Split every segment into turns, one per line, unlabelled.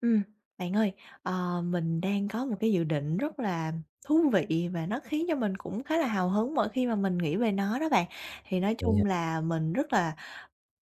Ừm, bạn ơi, mình đang có một cái dự định rất là thú vị và nó khiến cho mình cũng khá là hào hứng mỗi khi mà mình nghĩ về nó đó bạn. Thì nói
Vậy hả?
chung là mình rất là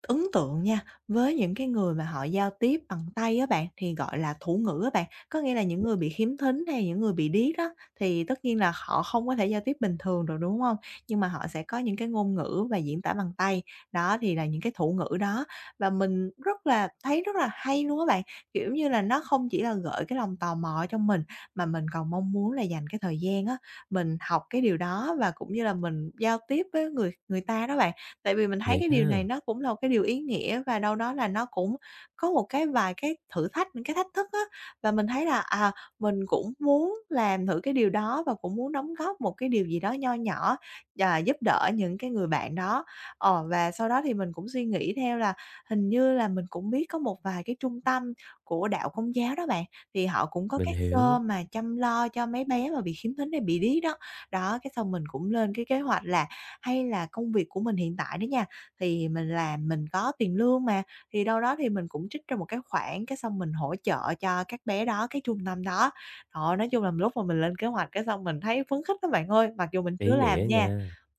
ấn tượng nha, với những cái người mà họ giao tiếp bằng tay á bạn, thì gọi là thủ ngữ á bạn. Có nghĩa là những người bị khiếm thính hay những người bị điếc đó, thì tất nhiên là họ không có thể giao tiếp bình thường được, đúng không? Nhưng mà họ sẽ có những cái ngôn ngữ và diễn tả bằng tay, đó thì là những cái thủ ngữ đó. Và mình rất là thấy rất là hay luôn á bạn, kiểu như là, nó không chỉ là gợi cái lòng tò mò ở trong mình, mà mình còn mong muốn là dành cái thời gian á, mình học cái điều đó và cũng như là mình giao tiếp với người người ta đó bạn. Tại vì mình thấy
Thiệt
cái điều này
ha.
nó cũng là một cái điều ý nghĩa và đâu đó là nó cũng có một cái vài cái thử thách, những cái thách thức á, và mình thấy là, mình cũng muốn làm thử cái điều đó và cũng muốn đóng góp một cái điều gì đó nho nhỏ, và giúp đỡ những cái người bạn đó. Và sau đó thì mình cũng suy nghĩ theo là hình như là mình cũng biết có một vài cái trung tâm của đạo Công giáo đó bạn, thì họ cũng có
Mình
các sơ
hiểu.
mà chăm lo cho mấy bé mà bị khiếm thính hay bị điếc đó. Đó, cái xong mình cũng lên cái kế hoạch là hay là công việc của mình hiện tại đó nha, thì mình làm mình có tiền lương mà, thì đâu đó thì mình cũng trích ra một cái khoản, cái xong mình hỗ trợ cho các bé đó, cái trung tâm đó. Đó, nói chung là lúc mà mình lên kế hoạch cái xong mình thấy phấn khích lắm bạn ơi, mặc dù mình chưa
Ý nghĩa
làm nha,
nha.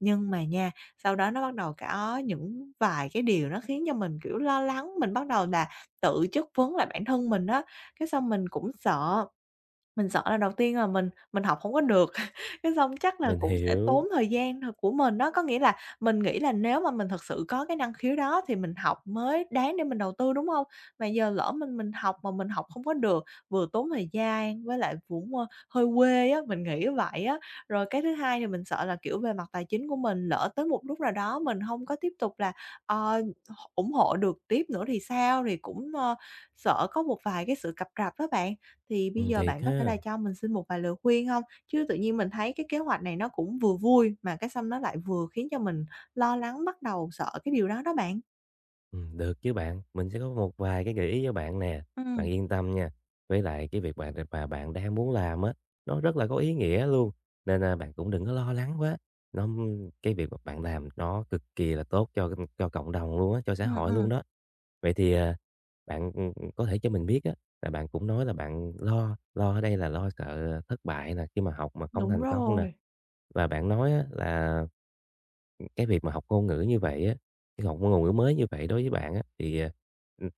nhưng mà nha, sau đó nó bắt đầu có những vài cái điều nó khiến cho mình, kiểu, lo lắng, mình bắt đầu là tự chất vấn lại bản thân mình á, cái xong mình cũng sợ. Mình sợ là đầu tiên là mình học không có được, cái xong chắc là
Mình
cũng sẽ tốn
hiểu.
thời gian h của mình đó. Có nghĩa là mình nghĩ là nếu mà mình thật sự có cái năng khiếu đó thì mình học mới đáng để mình đầu tư, đúng không? Mà giờ lỡ mình học mà mình học không có được, vừa tốn thời gian với lại cũng, hơi quê á, mình nghĩ vậy á. Rồi cái thứ hai thì mình sợ là, kiểu, về mặt tài chính của mình, lỡ tới một lúc nào đó mình không có tiếp tục là, ờ, ủng hộ được tiếp nữa thì sao? Thì cũng, sợ có một vài cái sự cập rập đó bạn. Thì bây
Ừm,
giờ
thiệt
bạn có thể là
ha.
cho mình xin một vài lời khuyên không? Chứ tự nhiên mình thấy cái kế hoạch này nó cũng vừa vui, mà cái xong nó lại vừa khiến cho mình lo lắng, bắt đầu sợ cái điều đó đó bạn.
Được chứ bạn, mình sẽ có một vài cái gợi ý cho bạn nè,
Ừ.
bạn yên tâm nha. Với lại cái việc bạn mà bạn đang muốn làm á, nó rất là có ý nghĩa luôn, nên, là bạn cũng đừng có lo lắng quá. Nó cái việc mà bạn làm nó cực kỳ là tốt cho cộng đồng luôn á, cho xã
ừ
hội luôn
ừm,
đó. Vậy thì, bạn, có thể cho mình biết á, là bạn cũng nói là bạn lo, lo ở đây là lo sợ thất bại nè, khi mà học mà không
Đúng
thành công nè.
rồi.
Và bạn nói á là, cái việc mà học ngôn ngữ như vậy á, cái học ngôn ngữ mới như vậy đối với bạn á, thì,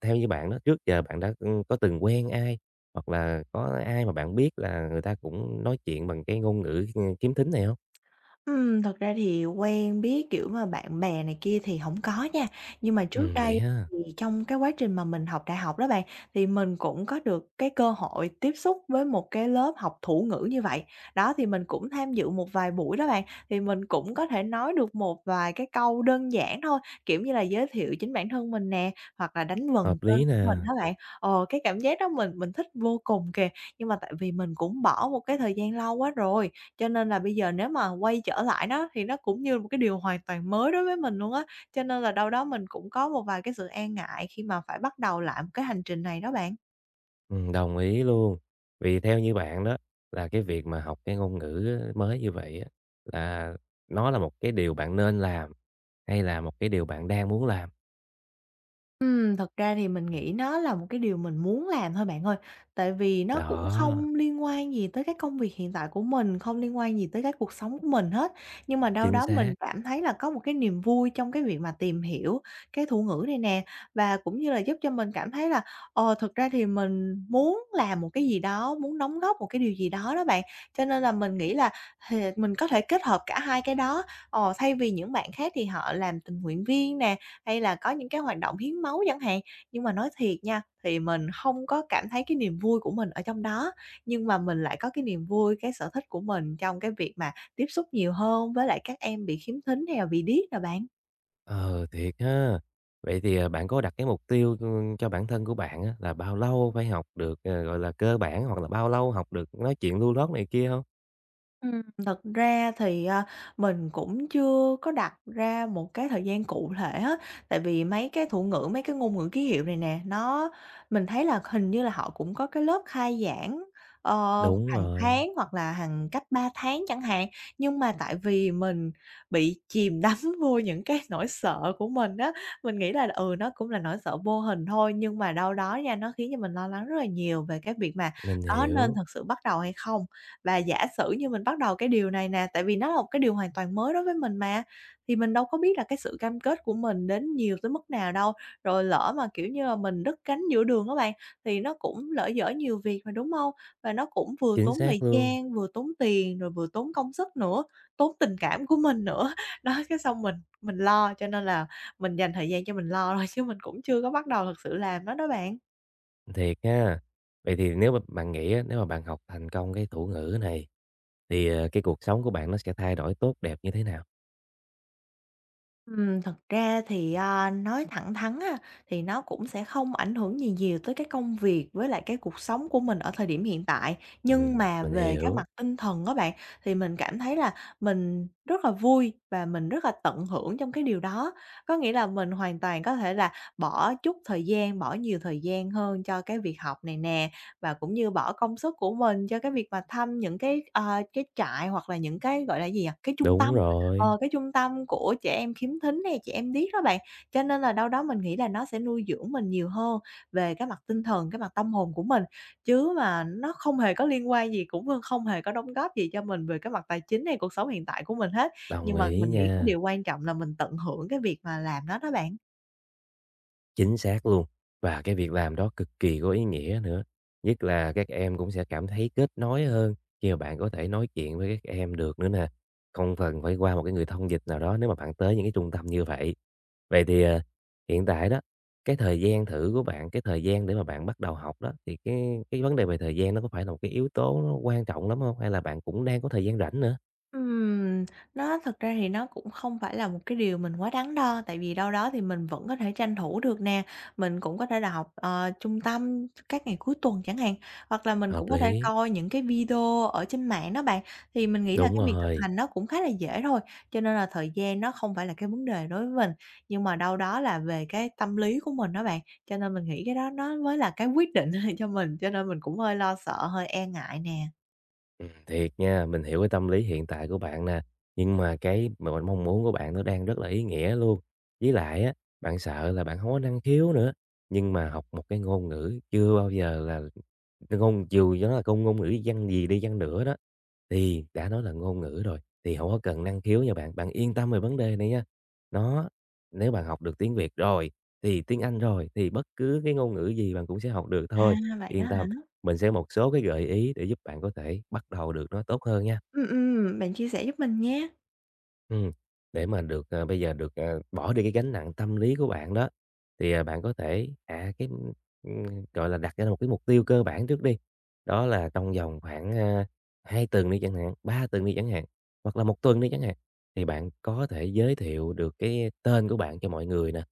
theo như bạn đó, trước giờ bạn đã, có từng quen ai, hoặc là có ai mà bạn biết là người ta cũng nói chuyện bằng cái ngôn ngữ, kiếm thính này không?
Thật ra thì quen biết, kiểu mà, bạn bè này kia thì hổng có nha. Nhưng mà trước
Vậy
đây
ha.
thì trong cái quá trình mà mình học đại học đó bạn, thì mình cũng có được cái cơ hội tiếp xúc với một cái lớp học thủ ngữ như vậy. Đó, thì mình cũng tham dự một vài buổi đó bạn, thì mình cũng có thể nói được một vài cái câu đơn giản thôi, kiểu như là, giới thiệu chính bản thân mình nè, hoặc là đánh vần
Hợp
tên
lý
của
nè.
mình đó bạn. Ờ, cái cảm giác đó mình thích vô cùng kìa. Nhưng mà tại vì mình cũng bỏ một cái thời gian lâu quá rồi, cho nên là bây giờ nếu mà quay trở lại đó thì nó cũng như một cái điều hoàn toàn mới đối với mình luôn á, cho nên là đâu đó mình cũng có một vài cái sự e ngại khi mà phải bắt đầu lại một cái hành trình này đó bạn.
Ừm, đồng ý luôn. Vì theo như bạn đó, là cái việc mà học cái ngôn ngữ mới như vậy á, là nó là một cái điều bạn nên làm, hay là một cái điều bạn đang muốn làm?
Thật ra thì mình nghĩ nó là một cái điều mình muốn làm thôi bạn ơi, tại vì nó cũng
Đó,
không liên quan gì tới cái công việc hiện tại của mình, không liên quan gì tới cái cuộc sống của mình hết. Nhưng mà đâu
chính
đó mình
xác.
cảm thấy là có một cái niềm vui trong cái việc mà tìm hiểu cái thủ ngữ này nè, và cũng như là giúp cho mình cảm thấy là, thực ra thì mình muốn làm một cái gì đó, muốn đóng góp một cái điều gì đó đó bạn. Cho nên là mình nghĩ là thì mình có thể kết hợp cả hai cái đó. Ờ, thay vì những bạn khác thì họ làm tình nguyện viên nè, hay là có những cái hoạt động hiến máu chẳng hạn. Nhưng mà nói thiệt nha, thì mình không có cảm thấy cái niềm vui của mình ở trong đó, nhưng mà mình lại có cái niềm vui, cái sở thích của mình trong cái việc mà tiếp xúc nhiều hơn với lại các em bị khiếm thính hay là bị điếc nè bạn.
Ờ, thiệt ha. Vậy thì, bạn có đặt cái mục tiêu, cho bản thân của bạn á, là bao lâu phải học được, gọi là, cơ bản hoặc là bao lâu học được nói chuyện lưu loát này kia không?
Thật ra thì, mình cũng chưa có đặt ra một cái thời gian cụ thể hết, tại vì mấy cái thủ ngữ, mấy cái ngôn ngữ ký hiệu này nè, nó mình thấy là hình như là họ cũng có cái lớp khai giảng, ờ,
Đúng
hàng
rồi.
tháng hoặc là hàng cách 3 tháng chẳng hạn. Nhưng mà tại vì mình bị chìm đắm vô những cái nỗi sợ của mình á, mình nghĩ là, ừ, nó cũng là nỗi sợ vô hình thôi, nhưng mà đâu đó nha, nó khiến cho mình lo lắng rất là nhiều về cái việc mà
Mình
có nên
hiểu.
thật sự bắt đầu hay không. Và giả sử như mình bắt đầu cái điều này nè, tại vì nó là một cái điều hoàn toàn mới đối với mình mà, thì mình đâu có biết là cái sự cam kết của mình đến nhiều tới mức nào đâu. Rồi lỡ mà, kiểu như là, mình đứt cánh giữa đường các bạn, thì nó cũng lỡ dở nhiều việc mà, đúng không? Và nó cũng vừa
Chính
tốn
xác
thời
luôn.
gian, vừa tốn tiền, rồi vừa tốn công sức nữa, tốn tình cảm của mình nữa. Đó, cái xong mình lo, cho nên là mình dành thời gian cho mình lo rồi chứ mình cũng chưa có bắt đầu thực sự làm nó đó bạn.
Thiệt ha. Vậy thì nếu mà bạn nghĩ á, nếu mà bạn học thành công cái thủ ngữ này thì, cái cuộc sống của bạn nó sẽ thay đổi tốt đẹp như thế nào?
Thật ra thì, nói thẳng thắn á, thì nó cũng sẽ không ảnh hưởng gì nhiều tới cái công việc với lại cái cuộc sống của mình ở thời điểm hiện tại. Nhưng mà
Mình
về cái mặt
hiểu.
tinh thần á bạn, thì mình cảm thấy là mình rất là vui và mình rất là tận hưởng trong cái điều đó. Có nghĩa là mình hoàn toàn có thể là bỏ chút thời gian, bỏ nhiều thời gian hơn cho cái việc học này nè, và cũng như bỏ công sức của mình cho cái việc mà thăm những cái, cái trại hoặc là những cái, gọi là, gì nhỉ, cái trung
Đúng
tâm
rồi.
cái trung tâm của trẻ em khiếm thính này trẻ em điếc đó bạn. Cho nên là đâu đó mình nghĩ là nó sẽ nuôi dưỡng mình nhiều hơn về cái mặt tinh thần, cái mặt tâm hồn của mình, chứ mà nó không hề có liên quan gì, cũng không hề có đóng góp gì cho mình về cái mặt tài chính hay cuộc sống hiện tại của mình hết. Nhưng
Đồng
mà
ý
mình nghĩ cái
nha.
điều quan trọng là mình tận hưởng cái việc mà làm nó đó bạn.
Chính xác luôn. Và cái việc làm đó cực kỳ có ý nghĩa nữa. Nhất là các em cũng sẽ cảm thấy kết nối hơn khi mà bạn có thể nói chuyện với các em được nữa nè. Không cần phải qua một cái người thông dịch nào đó nếu mà bạn tới những cái trung tâm như vậy. Vậy thì, hiện tại đó, cái thời gian thử của bạn, cái thời gian để mà bạn bắt đầu học đó, thì cái vấn đề về thời gian nó có phải là một cái yếu tố nó quan trọng lắm không? Hay là bạn cũng đang có thời gian rảnh nữa?
Ừm, nó thật ra thì nó cũng không phải là một cái điều mình quá đắn đo, tại vì đâu đó thì mình vẫn có thể tranh thủ được nè. Mình cũng có thể là học, trung tâm các ngày cuối tuần chẳng hạn, hoặc là mình
Hợp
cũng có thể
lý,
coi những cái video ở trên mạng đó bạn. Thì mình nghĩ là
đúng
cái việc thực
rồi.
hành nó cũng khá là dễ thôi, cho nên là thời gian nó không phải là cái vấn đề đối với mình. Nhưng mà đâu đó là về cái tâm lý của mình đó bạn, cho nên mình nghĩ cái đó nó mới là cái quyết định cho mình, cho nên mình cũng hơi lo sợ, hơi e ngại nè.
Thiệt nha, mình hiểu cái tâm lý hiện tại của bạn nè, nhưng mà cái mà mình mong muốn của bạn nó đang rất là ý nghĩa luôn. Với lại á, bạn sợ là bạn không có năng khiếu nữa, nhưng mà học một cái ngôn ngữ chưa bao giờ là dù cho nó là ngôn ngôn ngữ văn gì đi chăng nữa đó, thì đã nói là ngôn ngữ rồi, thì không có cần năng khiếu nha bạn, bạn yên tâm về vấn đề này nha. Nó, Nếu bạn học được tiếng Việt rồi, thì tiếng Anh rồi, thì bất cứ cái ngôn ngữ gì bạn cũng sẽ học được
À,
thôi,
vậy đó
yên
hả?
tâm. Mình sẽ một số cái gợi ý để giúp bạn có thể bắt đầu được nó tốt hơn nha.
Ừm, bạn chia sẻ giúp mình nhé.
Ừm, để mà được, bây giờ được, bỏ đi cái gánh nặng tâm lý của bạn đó, thì, bạn có thể cái, gọi là, đặt ra một cái mục tiêu cơ bản trước đi. Đó là trong vòng khoảng, 2 tuần đi chẳng hạn, 3 tuần đi chẳng hạn, hoặc là một tuần đi chẳng hạn, thì bạn có thể giới thiệu được cái tên của bạn cho mọi người nè.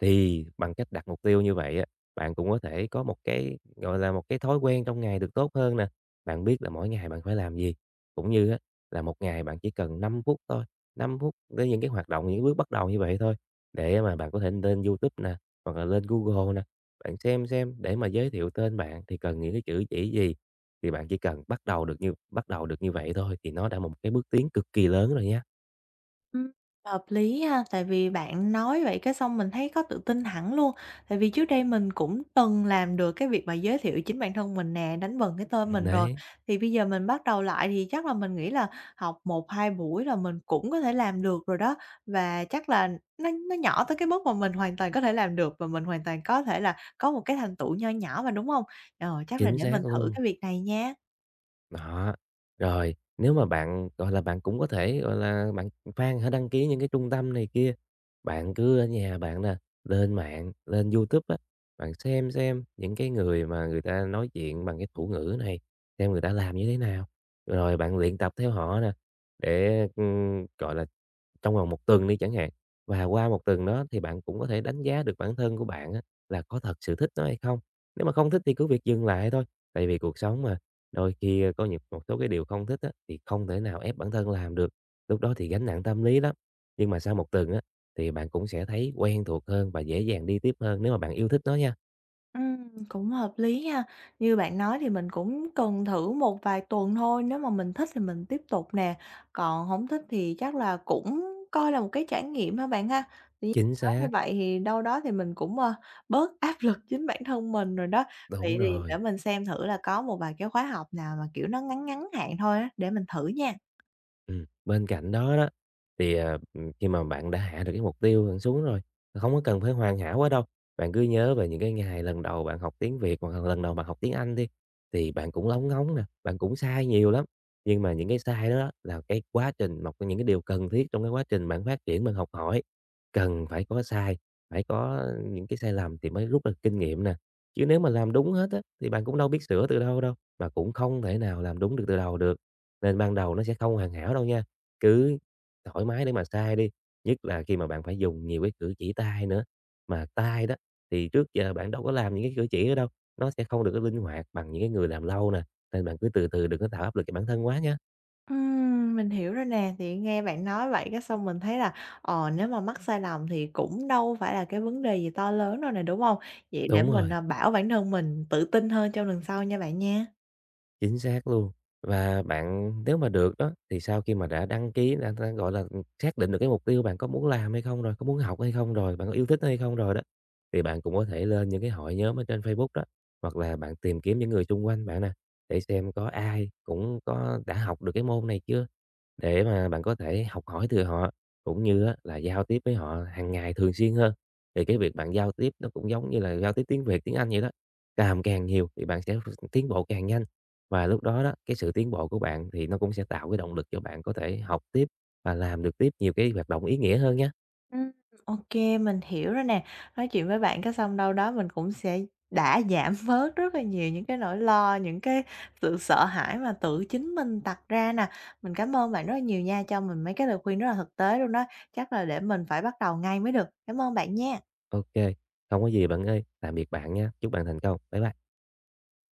Thì bằng cách đặt mục tiêu như vậy á, bạn cũng có thể có một cái, gọi là, một cái thói quen trong ngày được tốt hơn nè. Bạn biết là mỗi ngày bạn phải làm gì, cũng như á là một ngày bạn chỉ cần 5 phút thôi 5 phút đến những cái hoạt động, những bước bắt đầu như vậy thôi, để mà bạn có thể lên YouTube nè, hoặc là lên Google nè, bạn xem để mà giới thiệu tên bạn thì cần những cái chữ chỉ gì, thì bạn chỉ cần bắt đầu được như vậy thôi thì nó đã một cái bước tiến cực kỳ lớn rồi nhé.
Ừm, hợp lý ha, tại vì bạn nói vậy cái xong mình thấy có tự tin hẳn luôn. Tại vì trước đây mình cũng từng làm được cái việc mà giới thiệu chính bản thân mình nè, đánh vần cái tên mình rồi.
Đấy,
Thì bây giờ mình bắt đầu lại thì chắc là mình nghĩ là học một 2 buổi là mình cũng có thể làm được rồi đó. Và chắc là nó nhỏ tới cái mức mà mình hoàn toàn có thể làm được và mình hoàn toàn có thể là có một cái thành tựu nho nhỏ mà, đúng không? Ờ, chắc là
chính
để
xác
mình thử
luôn.
cái việc này nha.
Đó, rồi nếu mà bạn, gọi là, bạn cũng có thể, gọi là, bạn khoan hả, đăng ký những cái trung tâm này kia, bạn cứ ở nhà bạn nè, lên mạng, lên YouTube á, bạn xem những cái người mà người ta nói chuyện bằng cái thủ ngữ này, xem người ta làm như thế nào, rồi bạn luyện tập theo họ nè, để, gọi là, trong vòng một tuần đi chẳng hạn, và qua một tuần đó thì bạn cũng có thể đánh giá được bản thân của bạn á là có thật sự thích nó hay không. Nếu mà không thích thì cứ việc dừng lại thôi, tại vì cuộc sống mà. Đôi khi, có một số cái điều không thích á, thì không thể nào ép bản thân làm được, lúc đó thì gánh nặng tâm lý lắm. Nhưng mà sau một tuần á, thì bạn cũng sẽ thấy quen thuộc hơn và dễ dàng đi tiếp hơn nếu mà bạn yêu thích nó nha.
Cũng hợp lý ha. Như bạn nói thì mình cũng cần thử một vài tuần thôi, nếu mà mình thích thì mình tiếp tục nè, còn không thích thì chắc là cũng coi là một cái trải nghiệm ha bạn ha. Tự nhiên
Chính
nói như
xác,
vậy thì đâu đó thì mình cũng, bớt áp lực chính bản thân mình rồi đó. Vậy
đúng
thì để
rồi.
mình xem thử là có một vài cái khóa học nào mà, kiểu, nó ngắn ngắn hạn thôi á, để mình thử nha.
Bên cạnh đó đó, thì, khi mà bạn đã hạ được cái mục tiêu bạn xuống rồi, không có cần phải hoàn hảo quá đâu. Bạn cứ nhớ về những cái ngày lần đầu bạn học tiếng Việt hoặc là lần đầu bạn học tiếng Anh đi, thì bạn cũng lóng ngóng nè, bạn cũng sai nhiều lắm. Nhưng mà những cái sai đó là cái quá trình, một trong những cái điều cần thiết trong cái quá trình bạn phát triển, bạn học hỏi. Cần phải có sai, phải có những cái sai lầm thì mới rút được kinh nghiệm nè. Chứ nếu mà làm đúng hết á, thì bạn cũng đâu biết sửa từ đâu đâu, mà cũng không thể nào làm đúng được từ đầu được. Nên ban đầu nó sẽ không hoàn hảo đâu nha, cứ thoải mái để mà sai đi, nhất là khi mà bạn phải dùng nhiều cái cử chỉ tay nữa. Mà tay đó thì trước giờ bạn đâu có làm những cái cử chỉ đó đâu, nó sẽ không được có linh hoạt bằng những cái người làm lâu nè, nên bạn cứ từ từ đừng có tạo áp lực cho bản thân quá nha.
Mình hiểu rồi nè, thì nghe bạn nói vậy cái xong mình thấy là, nếu mà mắc sai lầm thì cũng đâu phải là cái vấn đề gì to lớn đâu nè, đúng không? Vậy để
Đúng
mình,
rồi.
bảo bản thân mình tự tin hơn trong lần sau nha bạn nha.
Chính xác luôn. Và bạn nếu mà được đó, thì sau khi mà đã đăng ký, gọi là, xác định được cái mục tiêu bạn có muốn làm hay không rồi, có muốn học hay không rồi, bạn có yêu thích hay không rồi đó, thì bạn cũng có thể lên những cái hội nhóm ở trên Facebook đó, hoặc là bạn tìm kiếm những người xung quanh bạn nè, để xem có ai cũng có đã học được cái môn này chưa? Để mà bạn có thể học hỏi từ họ, cũng như á là giao tiếp với họ hàng ngày thường xuyên hơn. Thì cái việc bạn giao tiếp nó cũng giống như là giao tiếp tiếng Việt, tiếng Anh vậy đó, càng càng nhiều thì bạn sẽ tiến bộ càng nhanh. Và lúc đó đó, cái sự tiến bộ của bạn thì nó cũng sẽ tạo cái động lực cho bạn có thể học tiếp và làm được tiếp nhiều cái hoạt động ý nghĩa hơn nhé.
Ừm. Ô, mình hiểu rồi nè, nói chuyện với bạn cái xong đâu đó mình cũng sẽ đã giảm bớt rất là nhiều những cái nỗi lo, những cái sự sợ hãi mà tự chính mình đặt ra nè. Mình cảm ơn bạn rất là nhiều nha, cho mình mấy cái lời khuyên rất là thực tế luôn đó, chắc là để mình phải bắt đầu ngay mới được. Cảm ơn bạn nha.
Ok, không có gì bạn ơi, tạm biệt bạn nha, chúc bạn thành công. Bye bye.